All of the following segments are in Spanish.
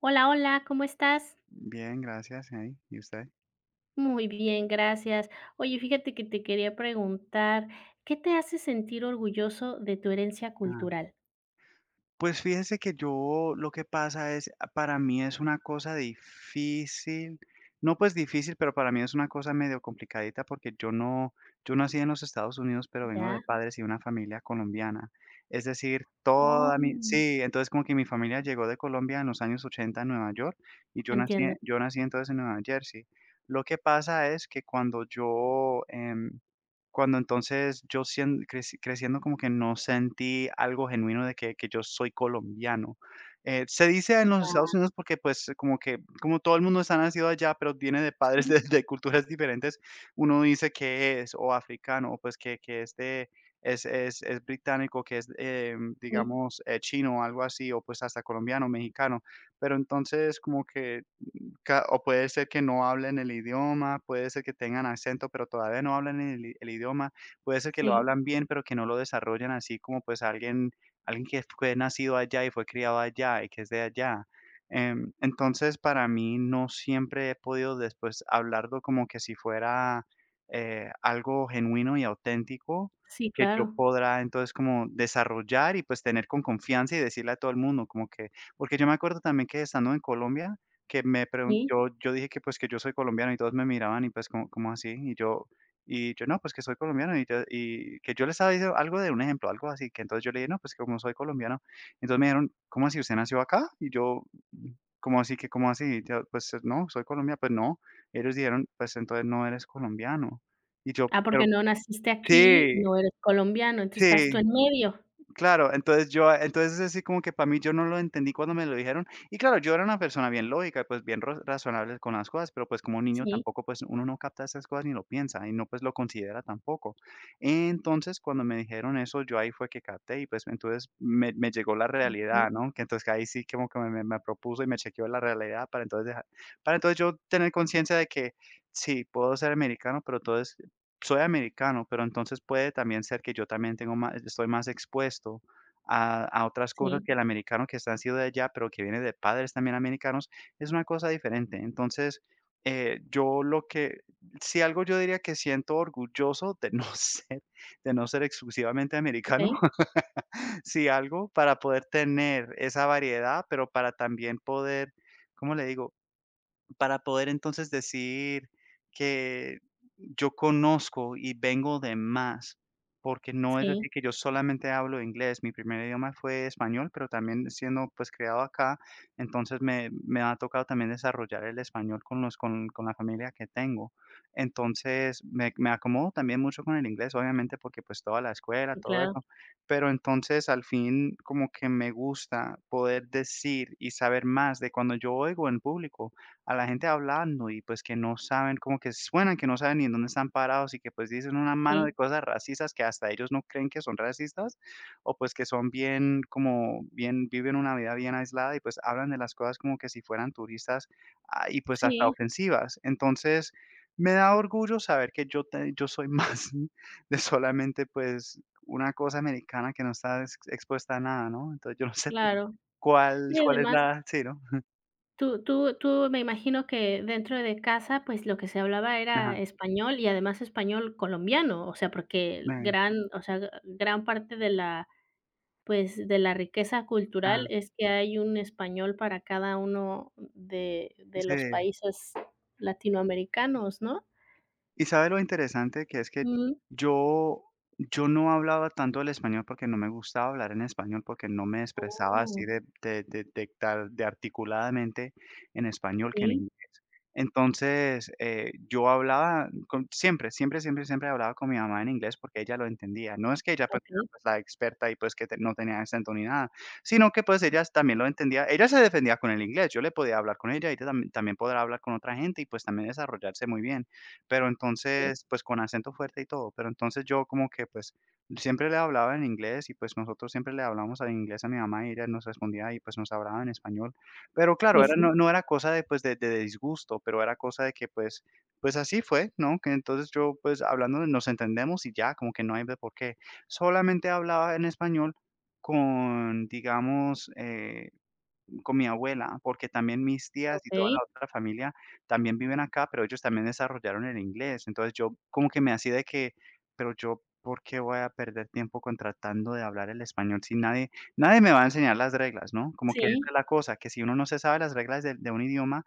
Hola, hola, ¿cómo estás? Bien, gracias. Ahí. ¿Y usted? Muy bien, gracias. Oye, fíjate que te quería preguntar, ¿qué te hace sentir orgulloso de tu herencia Ah, cultural? Pues fíjese que yo lo que pasa es, para mí es una cosa difícil, no pues difícil, pero para mí es una cosa medio complicadita porque yo no, yo nací en los Estados Unidos, pero vengo de ¿Ya? padres y una familia colombiana. Es decir, Oh, toda mi, sí, entonces como que mi familia llegó de Colombia en los años 80 a Nueva York, y entiendo. yo nací entonces en Nueva Jersey. Lo que pasa es que cuando entonces yo sien creci creciendo como que no sentí algo genuino de que yo soy colombiano. Se dice en los Estados Unidos porque, pues, como que como todo el mundo está nacido allá, pero viene de padres Sí, de culturas diferentes, uno dice que es o africano, o pues que es de es británico, que es, sí, digamos, chino o algo así, o pues hasta colombiano, mexicano. Pero entonces como que o puede ser que no hablen el idioma, puede ser que tengan acento, pero todavía no hablan el idioma, puede ser que lo sí, hablan bien, pero que no lo desarrollan así como pues alguien, alguien que fue nacido allá y fue criado allá y que es de allá. Entonces, para mí no siempre he podido después hablarlo como que si fuera algo genuino y auténtico sí, que yo claro, podrá entonces como desarrollar y pues tener con confianza y decirle a todo el mundo como que, porque yo me acuerdo también que estando en Colombia, que me pregun sí. yo yo dije que, pues, que yo soy colombiano y todos me miraban y, pues, ¿cómo así? Y yo, y yo: "No, pues, que soy colombiano", y yo, y que yo les estaba diciendo algo de un ejemplo, algo así, que entonces yo le dije: "No, pues, que como soy colombiano". Entonces me dijeron: "¿Cómo así? ¿Usted nació acá?" Y yo: "¿Cómo así que cómo así?". Y yo: "Pues, no, soy colombiano". "Pues no". Ellos dijeron: "Pues, entonces no eres colombiano". Y yo: Ah, porque "Pero no naciste aquí, sí, no eres colombiano, entonces estás tú sí". en medio. Claro, entonces así como que para mí yo no lo entendí cuando me lo dijeron. Y claro, yo era una persona bien lógica, pues bien razonable con las cosas, pero pues como niño Sí, tampoco, pues uno no capta esas cosas ni lo piensa y no pues lo considera tampoco. Entonces cuando me dijeron eso, yo ahí fue que capté y pues entonces me llegó la realidad, ujú, ¿no? Que entonces que ahí sí como que me propuso y me chequeó la realidad para entonces dejar, para entonces yo tener conciencia de que sí, puedo ser americano, pero entonces soy americano, pero entonces puede también ser que yo también tengo más, estoy más expuesto a otras cosas sí, que el americano que está nacido de allá, pero que viene de padres también americanos, es una cosa diferente. Entonces, yo lo que, si algo yo diría que siento orgulloso de no ser, de no ser exclusivamente ¿ok? americano, si algo, para poder tener esa variedad, pero para también poder, ¿cómo le digo? Para poder entonces decir que yo conozco y vengo de más, porque no es Sí, decir que yo solamente hablo inglés. Mi primer idioma fue español, pero también siendo, pues, criado acá, entonces me ha tocado también desarrollar el español con los con la familia que tengo. Entonces, me acomodo también mucho con el inglés, obviamente, porque, pues, toda la escuela, sí, todo claro, eso. Pero entonces, al fin, como que me gusta poder decir y saber más de cuando yo oigo en público a la gente hablando y pues que no saben, como que suenan que no saben ni en dónde están parados y que pues dicen una mano sí, de cosas racistas que hasta ellos no creen que son racistas, o pues que son bien, como bien viven una vida bien aislada y pues hablan de las cosas como que si fueran turistas, ah, y pues hasta sí, ofensivas. Entonces, me da orgullo saber que yo soy más de solamente, pues, una cosa americana que no está ex expuesta a nada, ¿no? Entonces, yo no sé pues, claro. cuál Y cuál es además la, sí, ¿no? Tú me imagino que dentro de casa, pues, lo que se hablaba era Ajá. español y además español colombiano, o sea, porque el Ven, gran o sea, g- gran parte de la, pues, de la riqueza cultural ajá, es que hay un español para cada uno de sí. los países latinoamericanos, ¿no? ¿Y sabe lo interesante que es que Mm, yo yo no hablaba tanto el español porque no me gustaba hablar en español, porque no me expresaba así oh, de tal de articuladamente en español que en sí, inglés. Entonces, yo hablaba con, siempre, siempre, siempre, siempre hablaba con mi mamá en inglés porque ella lo entendía. No es que ella, pues, era, okey, pues, la experta y, pues, que te no tenía acento ni nada, sino que, pues, ella también lo entendía. Ella se defendía con el inglés, yo le podía hablar con ella, y ella también podrá hablar con otra gente y, pues, también desarrollarse muy bien. Pero sí, entonces, pues, con acento fuerte y todo, pero entonces yo como que, pues, siempre le hablaba en inglés y, pues, nosotros siempre le hablábamos en inglés a mi mamá y ella nos respondía y, pues, nos hablaba en español. Pero claro, sí, era, sí, no era cosa de, pues, de disgusto, pero era cosa de que, pues, pues, así fue, ¿no? Que entonces yo, pues, hablando nos entendemos y ya, como que no hay de por qué. Solamente hablaba en español con, digamos, con mi abuela, porque también mis tías y toda la okey, otra familia también viven acá, pero ellos también desarrollaron el inglés. Entonces yo como que me hacía de que, pero yo, ¿por qué voy a perder tiempo con tratando de hablar el español si nadie, nadie me va a enseñar las reglas, ¿no? Como que esa sí, es la cosa, que si uno no se sabe las reglas de un idioma,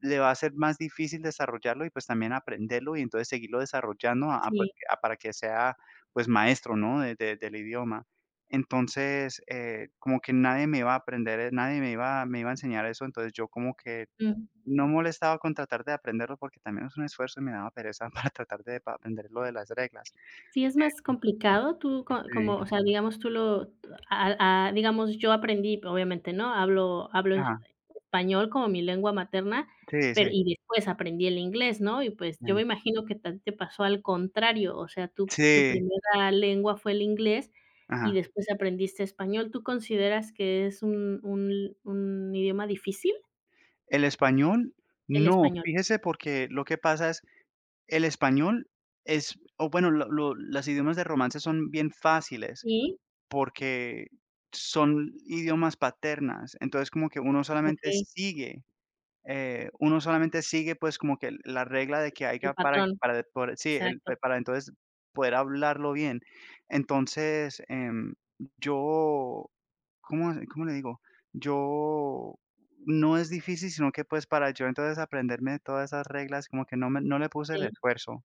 le va a ser más difícil desarrollarlo y pues también aprenderlo y entonces seguirlo desarrollando pues, sí, para que sea pues maestro, ¿no? Del idioma. Entonces, como que nadie me iba a aprender, nadie me iba a enseñar eso, entonces yo como que mm. no molestaba con tratar de aprenderlo, porque también es un esfuerzo y me daba pereza para tratar de pa aprender lo de las reglas. Sí, es más complicado, tú co Sí, como, o sea, digamos, tú lo a digamos, yo aprendí, obviamente, ¿no? Hablo ajá, español como mi lengua materna, sí, pero sí, y después aprendí el inglés, ¿no? Y, pues, yo sí. me imagino que ta te pasó al contrario, o sea, tu Sí, primera lengua fue el inglés y ajá. después aprendiste español, ¿tú consideras que es un idioma difícil, El español, el no, español? fíjese, porque lo que pasa es, el español es, o bueno, lo los idiomas de romance son bien fáciles, Sí, porque son idiomas paternas, entonces como que uno solamente okey, sigue. Uno solamente sigue, pues, como que la regla de que el haya patrón, por sí, exacto, para entonces poder hablarlo bien. Entonces, yo, ¿cómo le digo? Yo, no es difícil, sino que, pues, para yo entonces aprenderme todas esas reglas, como que no le puse el sí, esfuerzo.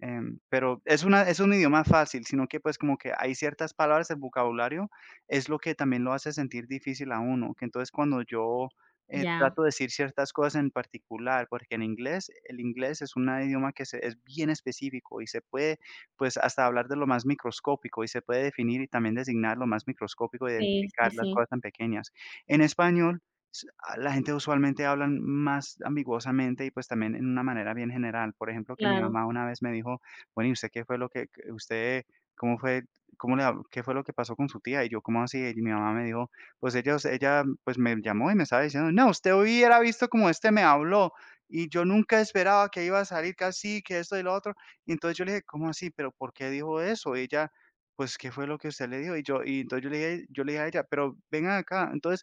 Pero es una es un idioma fácil, sino que, pues, como que hay ciertas palabras, el vocabulario es lo que también lo hace sentir difícil a uno, que entonces cuando yo, ya, trato de decir ciertas cosas en particular, porque en inglés, el inglés es un idioma es bien específico y se puede, pues, hasta hablar de lo más microscópico y se puede definir y también designar lo más microscópico, sí, sí, identificar las sí, cosas tan pequeñas. En español, a la gente usualmente habla más ambiguosamente y pues también en una manera bien general. Por ejemplo, que mi claro, mamá una vez me dijo, bueno, ¿y usted qué fue lo que usted, cómo fue, cómo le, qué fue lo que pasó con su tía? Y yo, ¿cómo así? Y mi mamá me dijo, pues ellos ella, pues, me llamó y me estaba diciendo: "No, usted hubiera visto como este me habló, y yo nunca esperaba que iba a salir que así, que esto y lo otro". Y entonces yo le dije: "¿Cómo así? ¿Pero por qué dijo eso?". Y ella: "Pues, ¿qué fue lo que usted le dijo?". Y yo, y entonces yo le dije a ella: "Pero vengan acá". Entonces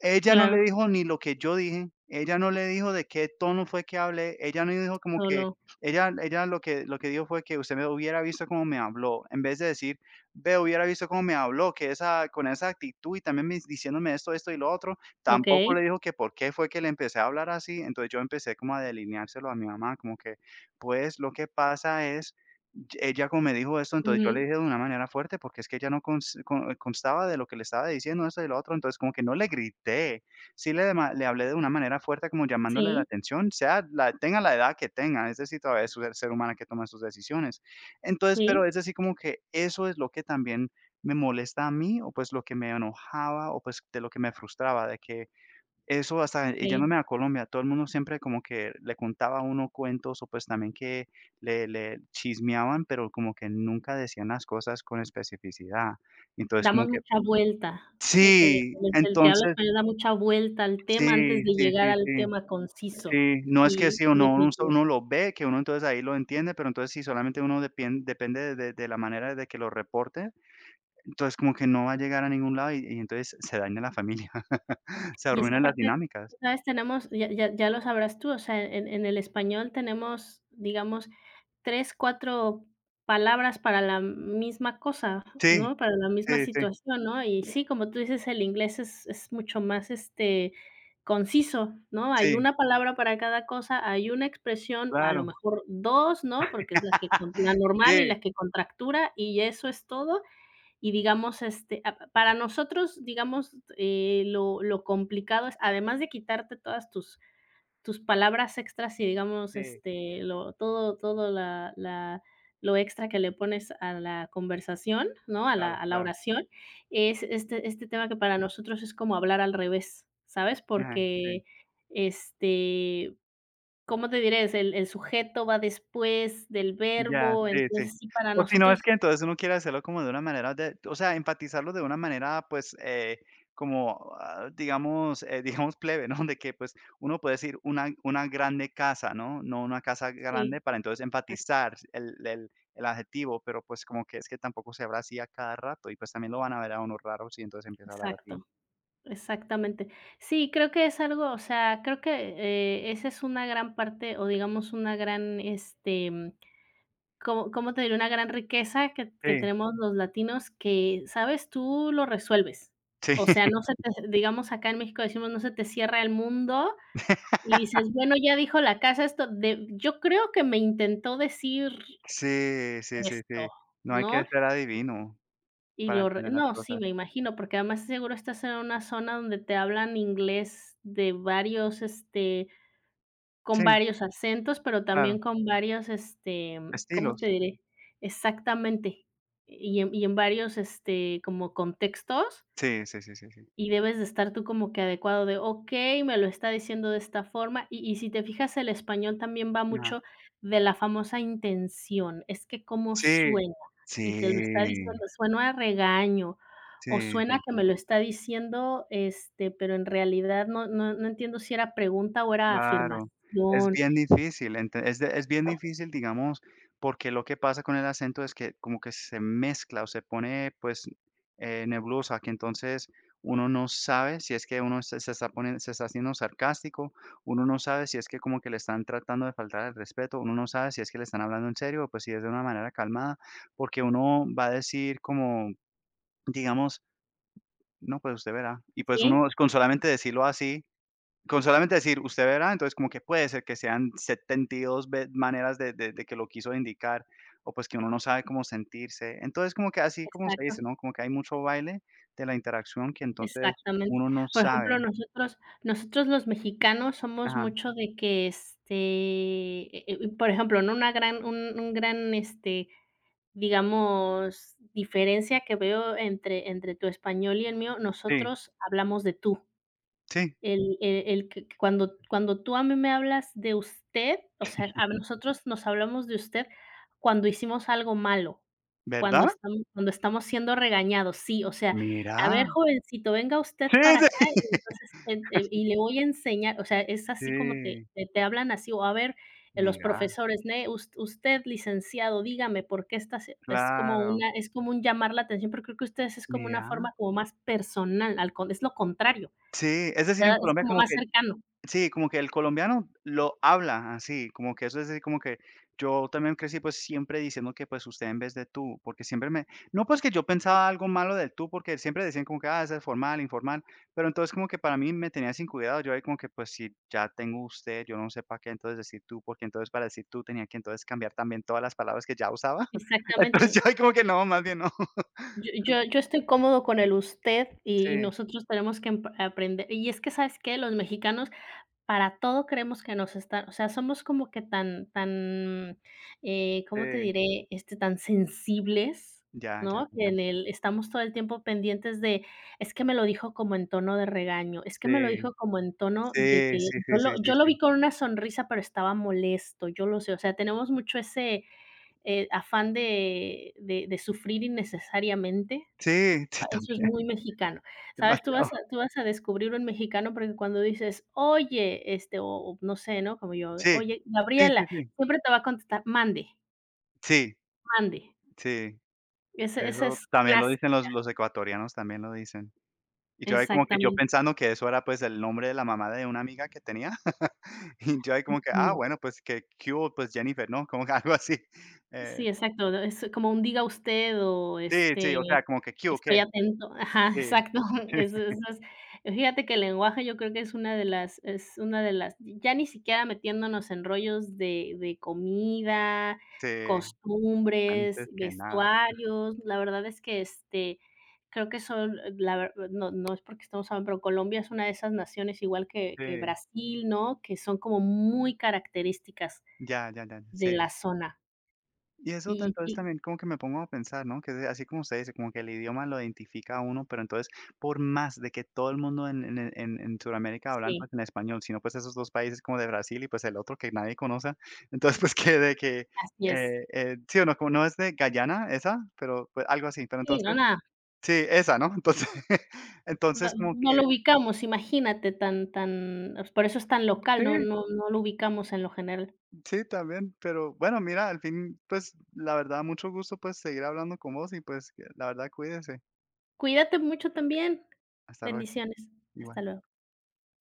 ella no le claro. dijo ni lo que yo dije, ella no le dijo de qué tono fue que hablé, ella no dijo como que Solo, ella lo que dijo fue que: "Usted me hubiera visto cómo me habló", en vez de decir: "Ve, hubiera visto cómo me habló, que esa con esa actitud y también me diciéndome esto, esto y lo otro", tampoco okey, le dijo que por qué fue que le empecé a hablar así. Entonces yo empecé como a delineárselo a mi mamá, como que, pues, lo que pasa es ella como me dijo esto, entonces yo le ujú. dije de una manera fuerte, porque es que ella no cons con constaba de lo que le estaba diciendo, esto y lo otro. Entonces como que no le grité, sí le dema le hablé de una manera fuerte, como llamándole la Sí, atención, sea la tenga la edad que tenga, es decir, todavía es un ser humano que toma sus decisiones. Entonces, sí, pero es así como que eso es lo que también me molesta a mí, o pues lo que me enojaba, o pues de lo que me frustraba, de que eso hasta sí. yéndome a Colombia, todo el mundo siempre como que le contaba a uno cuentos o pues también que le chismeaban, pero como que nunca decían las cosas con especificidad. Entonces, como Damos que mucha vuelta. El el sí, el el que habla entonces español da mucha vuelta al sí, tema antes de sí, llegar sí, al sí, tema conciso. sí, no es que Sí, sí o sí, no, uno so definitivo. uno lo ve, que uno entonces ahí lo entiende, pero entonces si solamente uno depien depende de la manera de que lo reporte, entonces como que no va a llegar a ningún lado y entonces se daña la familia, se Y es que arruinan las aparte, dinámicas. tú sabes, tenemos, ya lo sabrás tú, o sea, en el español tenemos, digamos, 3 4 palabras para la misma cosa, Sí, ¿no? Para la misma sí, sí, situación, ¿no? Y sí, como tú dices, el inglés es mucho más, este, conciso, ¿no? Hay sí, una palabra para cada cosa, hay una expresión, a lo claro. mejor 2, ¿no? Porque es la que con la normal y Sí, la que contractura, y eso es todo. Y digamos, este, para nosotros, digamos, lo complicado es, además de quitarte todas tus, tus palabras extras y digamos, sí, este, todo la lo extra que le pones a la conversación, ¿no? Claro, A la claro. oración, es este, este tema que para nosotros es como hablar al revés, ¿sabes? Ajá, sí. Porque, este, ¿cómo te diré? Es el sujeto va después del Ya, verbo, sí, sí. entonces sí, para O si no, nosotros, es que entonces uno quiere hacerlo como de una manera de o sea, empatizarlo de una manera, pues, como, ah, digamos, digamos, plebe, ¿no? De que, pues, uno puede decir una grande casa, ¿no? No una casa sí, grande para entonces empatizar el el adjetivo, pero, pues, como que es que tampoco se habla así a cada rato y, pues, también lo van a ver a uno raro si entonces empieza a hablar así. exacto. Exactamente. Sí, creo que es algo, o sea, creo que, esa es una gran parte o digamos una gran, este, mm, ¿cómo te diré? Una gran riqueza que Sí, tenemos los latinos que, ¿sabes? Tú lo resuelves. sí. O sea, no se te digamos, acá en México decimos: "No se te cierra el mundo", y dices: "Bueno, ya dijo la casa esto de yo creo que me intentó decir Sí, sí, sí, sí. esto", No hay que ¿no? ser adivino. Y Para lo re entender las no, sí, cosas. me imagino, porque además sí seguro estás en una zona donde te hablan inglés de varios, este, con Sí, varios acentos, pero claro, también con varios, este, ¿cómo te estilos. diré? Exactamente. Y en varios, este, como contextos. Sí, sí, sí, sí, sí. Y debes de estar tú como que adecuado de, okey, me lo está diciendo de esta forma. Y si te fijas, el español también va Ajá. mucho de la famosa intención, es que cómo Sí, suena, y te lo está sí, diciendo, suena a regaño, o sí, sí, suena que me lo sí. está diciendo, este, pero en realidad no entiendo si era pregunta o era Claro, es afirmación. bien difícil, ente es de es bien difícil, digamos, porque lo que pasa con el acento es que como que se mezcla o se pone, pues, nebulosa, que entonces uno no sabe si es que uno se está poniendo, se está haciendo sarcástico, uno no sabe si es que como que le están tratando de faltar el respeto, uno no sabe si es que le están hablando en serio o, pues, si es de una manera calmada, porque uno va a decir como, digamos: "No, pues, usted verá", y, pues, uno Sí, con solamente decirlo así, con solamente decir: "Usted verá", entonces como que puede ser que sean 72 ve maneras de que lo quiso indicar, o pues que uno no sabe cómo sentirse. Entonces, como que así como se dice, exacto. ¿no? Como que hay mucho baile de la interacción que entonces Exactamente. uno no Por ejemplo, sabe. nosotros los mexicanos somos Ajá. mucho de que, este, por ejemplo, ¿no? Una gran un gran, este, digamos, diferencia que veo entre tu español y el mío, Sí, nosotros hablamos de tú. sí, El que cuando tú a mí me hablas de usted, o sea, a nosotros nos hablamos de usted cuando hicimos algo malo, ¿verdad? Cuando estamos siendo regañados, sí, o sea, a Mira. ver, jovencito, venga usted Sí, para acá sí. y entonces, en y le voy a enseñar, o sea, es así como te Sí, te te hablan así, o a ver, los mira, profesores, ne us usted licenciado, dígame por qué está haci es como claro, una es como un llamar la atención, pero creo que ustedes es como una mira. forma como más personal, al con es lo contrario. Sí, es decir, en ¿Verdad? Es Colombia como como más que cercano. sí, como que el colombiano lo habla así, como que eso es así como que yo también crecí, pues, siempre diciendo que, pues, usted en vez de tú, porque siempre me no, pues, que yo pensaba algo malo del tú, porque siempre decían como que: "Ah, ese es formal, informal", pero entonces como que para mí me tenía sin cuidado, yo ahí como que, pues, si ya tengo usted, yo no sé para qué entonces decir tú, porque entonces para decir tú tenía que entonces cambiar también todas las palabras que ya usaba. Entonces Exactamente. yo ahí como que no, más bien no. Yo yo yo estoy cómodo con el usted y Sí, nosotros tenemos que emp aprender y es que, ¿sabes qué? Los mexicanos para todo creemos que nos están o sea, somos como que tan, ¿cómo te sí, diré? Este, tan sensibles, ya, ya, ¿no? ya, Que ya. en el estamos todo el tiempo pendientes de: "Es que me lo dijo como en tono de regaño, es que me lo Sí, dijo como en tono de que sí, sí, sí, sí, yo lo sí. vi con una sonrisa, pero estaba molesto, yo lo sé". O sea, tenemos mucho ese afán de de sufrir innecesariamente. Sí, sí, sí, Ah, eso es muy también. mexicano, ¿sabes? Demasiado. Tú vas a descubrir un mexicano porque cuando dices: "Oye", este, o no sé, ¿no? Como yo de: Sí, "Oye, sí, sí, Gabriela", sí. siempre te va a contestar: "Mande, Sí, mande". sí, Ese eso es también lo clásico. dicen los ecuatorianos, también lo dicen. Y yo ahí como que yo Exactamente. pensando que eso era, pues, el nombre de la mamá de una amiga que tenía. Y yo ahí como que, ah, No. bueno, pues, que qué hubo, pues, Jennifer, ¿no? Como que algo así. Eh, Sí, exacto, ¿No? Es como un diga usted o, sí, este, sí, o sea, como que qué hubo, estoy qué. atento. Ajá, Sí, exacto. sí, Eso eso es fíjate que el lenguaje yo creo que es una de las es una de las ya ni siquiera metiéndonos en rollos de comida, sí, costumbres, antes que nada. vestuarios. La verdad es que, este, creo que son la ver no no es porque estamos hablando, pero Colombia es una de esas naciones igual que Sí, Brasil, ¿no? Que son como muy características ya, ya, ya, de sí. la zona. Y eso ta- Y entonces y también como que me pongo a pensar, ¿no? Que de- así como usted dice, como que el idioma lo identifica a uno, pero entonces por más de que todo el mundo en Sudamérica hablan Sí, pues en español, sino pues esos dos países como de Brasil y pues el otro que nadie conoce, entonces pues que de que, así es. Sí o no, como no es de Guyana esa, pero pues algo así, pero Sí, no, entonces, nada, sí, esa, ¿no? Entonces, no entonces como no que, lo ubicamos, imagínate, tan tan por eso es tan sí, local, no lo ubicamos en lo general. sí, también, pero bueno, mira, al fin, pues la verdad, mucho gusto pues seguir hablando con vos y pues que la verdad, cuídese, Cuídate mucho también. hasta luego, Bendiciones. Hasta igual. luego.